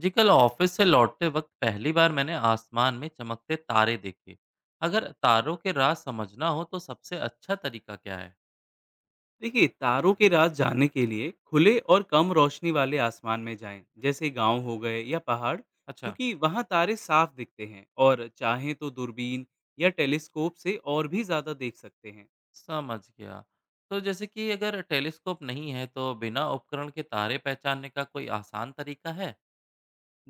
जी, कल ऑफिस से लौटते वक्त पहली बार मैंने आसमान में चमकते तारे देखे। अगर तारों के राज समझना हो तो सबसे अच्छा तरीका क्या है? देखिए तारों के राज जानने के लिए खुले और कम रोशनी वाले आसमान में जाएं जैसे गांव हो गए या पहाड़ अच्छा। क्योंकि वहां तारे साफ दिखते हैं और चाहें तो दूरबीन या टेलीस्कोप से और भी ज्यादा देख सकते हैं। समझ गया। तो जैसे कि अगर टेलीस्कोप नहीं है तो बिना उपकरण के तारे पहचानने का कोई आसान तरीका है?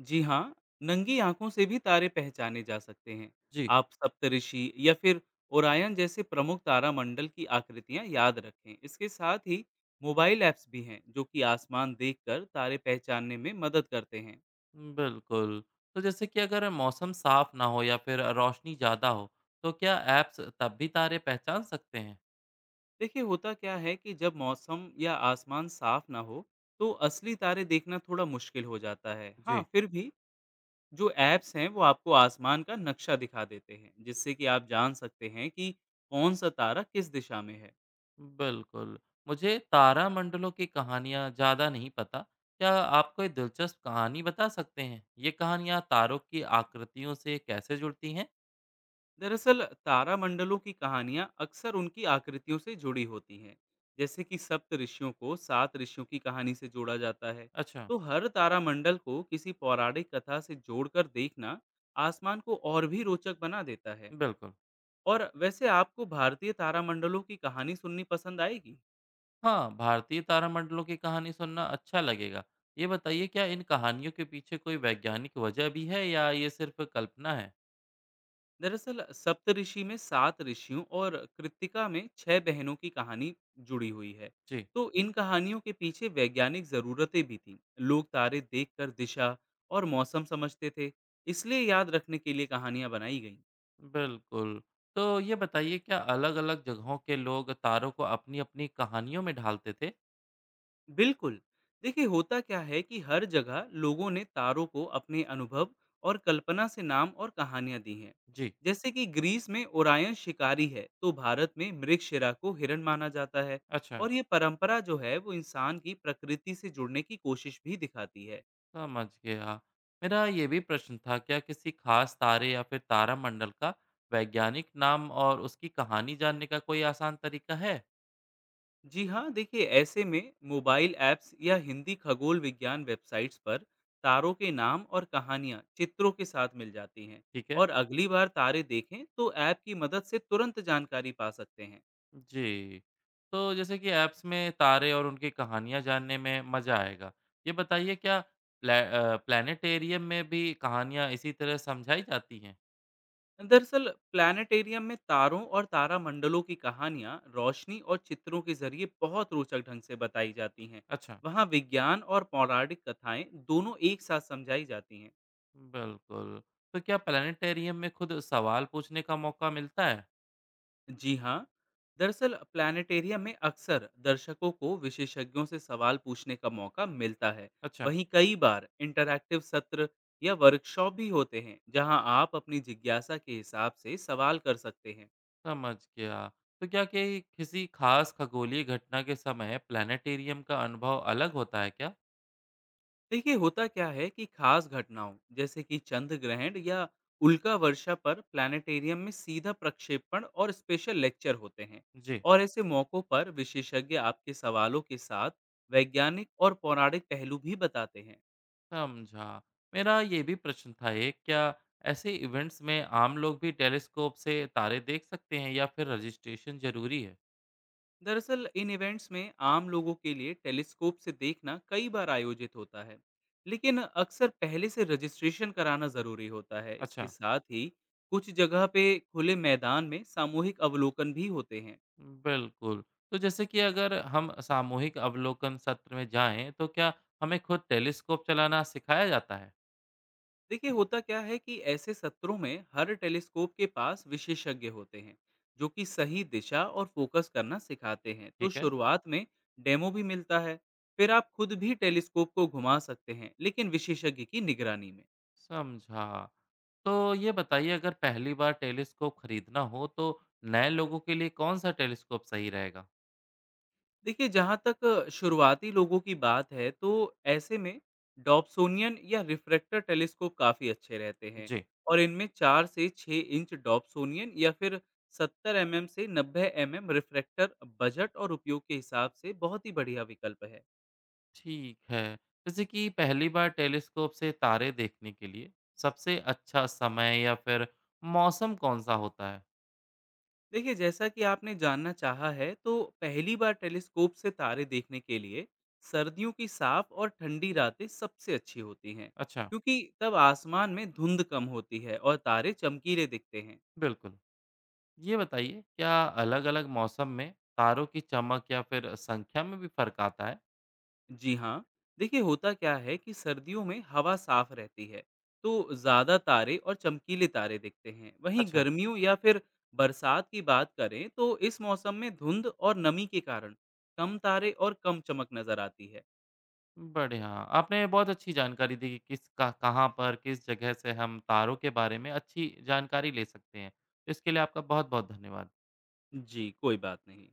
जी हाँ। नंगी आंखों से भी तारे पहचाने जा सकते हैं। जी। आप सप्तऋषि या फिर ओरायन जैसे प्रमुख तारामंडल की आकृतियां याद रखें, इसके साथ ही मोबाइल ऐप्स भी हैं जो कि आसमान देखकर तारे पहचानने में मदद करते हैं। बिल्कुल। तो जैसे कि अगर मौसम साफ ना हो या फिर रोशनी ज़्यादा हो, तो क्या ऐप्स तब भी तारे पहचान सकते हैं? देखिए, होता क्या है कि जब मौसम या आसमान साफ ना हो तो असली तारे देखना थोड़ा मुश्किल हो जाता है। हाँ, जी। फिर भी जो ऐप्स हैं वो आपको आसमान का नक्शा दिखा देते हैं जिससे कि आप जान सकते हैं कि कौन सा तारा किस दिशा में है। बिल्कुल। मुझे तारामंडलों की कहानियाँ ज़्यादा नहीं पता। क्या आप कोई दिलचस्प कहानी बता सकते हैं? ये कहानियाँ तारों की आकृतियों से कैसे जुड़ती हैं? दरअसल तारामंडलों की कहानियां अक्सर उनकी आकृतियों से जुड़ी होती हैं, जैसे कि सप्त ऋषियों को सात ऋषियों की कहानी से जोड़ा जाता है। अच्छा। तो हर तारामंडल को किसी पौराणिक कथा से जोड़कर देखना आसमान को और भी रोचक बना देता है। बिल्कुल। और वैसे आपको भारतीय तारामंडलों की कहानी सुननी पसंद आएगी। हाँ, भारतीय तारामंडलों की कहानी सुनना अच्छा लगेगा। ये बताइए क्या इन कहानियों के पीछे कोई वैज्ञानिक वजह भी है या ये सिर्फ़ कल्पना है? दरअसल सप्तऋषि में सात ऋषियों और कृतिका में छह बहनों की कहानी जुड़ी हुई है। जी। तो इन कहानियों के पीछे वैज्ञानिक ज़रूरतें भी थीं। लोग तारे देखकर दिशा और मौसम समझते थे, इसलिए याद रखने के लिए कहानियाँ बनाई गई। बिल्कुल। तो ये बताइए क्या अलग-अलग जगहों के लोग तारों को अपनी-अपनी कहानियों में ढालते थे? बिल्कुल। देखिए, होता क्या है कि हर जगह लोगों ने तारों को अपने अनुभव और कल्पना से नाम और कहानियां दी हैं। जी। जैसे कि ग्रीस में ओरायन शिकारी है, तो भारत में मृगशिरा को हिरण माना जाता है। अच्छा। और ये परंपरा जो है वो इंसान की प्रकृति से जुड़ने की कोशिश भी दिखाती है। समझ गया। मेरा ये भी प्रश्न था, क्या किसी खास तारे या फिर तारामंडल का वैज्ञानिक नाम और उसकी कहानी जानने का कोई आसान तरीका है? जी हाँ। देखिए ऐसे में मोबाइल ऐप्स या हिंदी खगोल विज्ञान वेबसाइट्स पर तारों के नाम और कहानियाँ चित्रों के साथ मिल जाती हैं। ठीक है। और अगली बार तारे देखें तो ऐप की मदद से तुरंत जानकारी पा सकते हैं। जी। तो जैसे कि ऐप्स में तारे और उनकी कहानियाँ जानने में मज़ा आएगा। ये बताइए क्या प्लैनेटेरियम में भी कहानियाँ इसी तरह समझाई जाती हैं? दरअसल प्लानिटेरियम में तारों और तारामंडलों की कहानियाँ रोशनी और चित्रों के जरिए बहुत रोचक ढंग से बताई जाती हैं। अच्छा। वहाँ विज्ञान और पौराणिक कथाएं दोनों एक साथ समझाई जाती हैं। बिल्कुल। तो क्या प्लैनेटेरियम में खुद सवाल पूछने का मौका मिलता है? जी हाँ। दरअसल प्लानिटेरियम में अक्सर दर्शकों को विशेषज्ञों से सवाल पूछने का मौका मिलता है। अच्छा। वहीं कई बार इंटरैक्टिव सत्र या वर्कशॉप भी होते हैं जहां आप अपनी जिज्ञासा के हिसाब से सवाल कर सकते हैं। समझ गया। तो क्या कि किसी खास खगोलीय घटना के समय प्लैनेटेरियम का अनुभव अलग होता है क्या? देखिए, होता क्या है कि खास घटनाओं जैसे कि चंद्र ग्रहण या उल्का वर्षा पर प्लानिटेरियम में सीधा प्रक्षेपण और स्पेशल लेक्चर होते हैं। जी। और ऐसे मौकों पर विशेषज्ञ आपके सवालों के साथ वैज्ञानिक और पौराणिक पहलू भी बताते हैं। समझा। मेरा ये भी प्रश्न था एक, क्या ऐसे इवेंट्स में आम लोग भी टेलीस्कोप से तारे देख सकते हैं या फिर रजिस्ट्रेशन जरूरी है? दरअसल इन इवेंट्स में आम लोगों के लिए टेलीस्कोप से देखना कई बार आयोजित होता है, लेकिन अक्सर पहले से रजिस्ट्रेशन कराना जरूरी होता है। इसके अच्छा। साथ ही कुछ जगह पे खुले मैदान में सामूहिक अवलोकन भी होते हैं। बिल्कुल। तो जैसे कि अगर हम सामूहिक अवलोकन सत्र में जाएं, तो क्या हमें खुद टेलीस्कोप चलाना सिखाया जाता है? देखिए, होता क्या है कि ऐसे सत्रों में हर टेलीस्कोप के पास विशेषज्ञ होते हैं जो कि सही दिशा और फोकस करना सिखाते हैं। तो ठीक है। शुरुआत में डेमो भी मिलता है, फिर आप खुद भी टेलीस्कोप को घुमा सकते हैं, लेकिन विशेषज्ञ की निगरानी में। समझा। तो ये बताइए अगर पहली बार टेलीस्कोप खरीदना हो तो नए लोगों के लिए कौन सा टेलीस्कोप सही रहेगा? देखिए जहाँ तक शुरुआती लोगों की बात है तो ऐसे में डॉप्सोनियन या रिफ्रैक्टर टेलीस्कोप काफ़ी अच्छे रहते हैं। जी। और इनमें 4 से 6 इंच डॉप्सोनियन या फिर 70 एम एम से 90 एम एम रिफ्रैक्टर बजट और उपयोग के हिसाब से बहुत ही बढ़िया विकल्प है। ठीक है। जैसे कि पहली बार टेलीस्कोप से तारे देखने के लिए सबसे अच्छा समय या फिर मौसम कौन सा होता है? देखिए, जैसा कि आपने जानना चाहा है तो पहली बार टेलीस्कोप से तारे देखने के लिए सर्दियों की साफ और ठंडी रातें सबसे अच्छी होती हैं। अच्छा। क्योंकि तब आसमान में धुंध कम होती है और तारे चमकीले दिखते हैं। बिल्कुल। ये बताइए क्या अलग-अलग मौसम में तारों की चमक या फिर संख्या में भी फर्क आता है? जी हाँ। देखिए, होता क्या है कि सर्दियों में हवा साफ रहती है तो ज़्यादा तारे और चमकीले तारे दिखते हैं। वहीं अच्छा। गर्मियों या फिर बरसात की बात करें तो इस मौसम में धुंध और नमी के कारण कम तारे और कम चमक नजर आती है। बढ़िया। आपने बहुत अच्छी जानकारी दी कि किस क कहाँ पर, किस जगह से हम तारों के बारे में अच्छी जानकारी ले सकते हैं। इसके लिए आपका बहुत-बहुत धन्यवाद। जी कोई बात नहीं।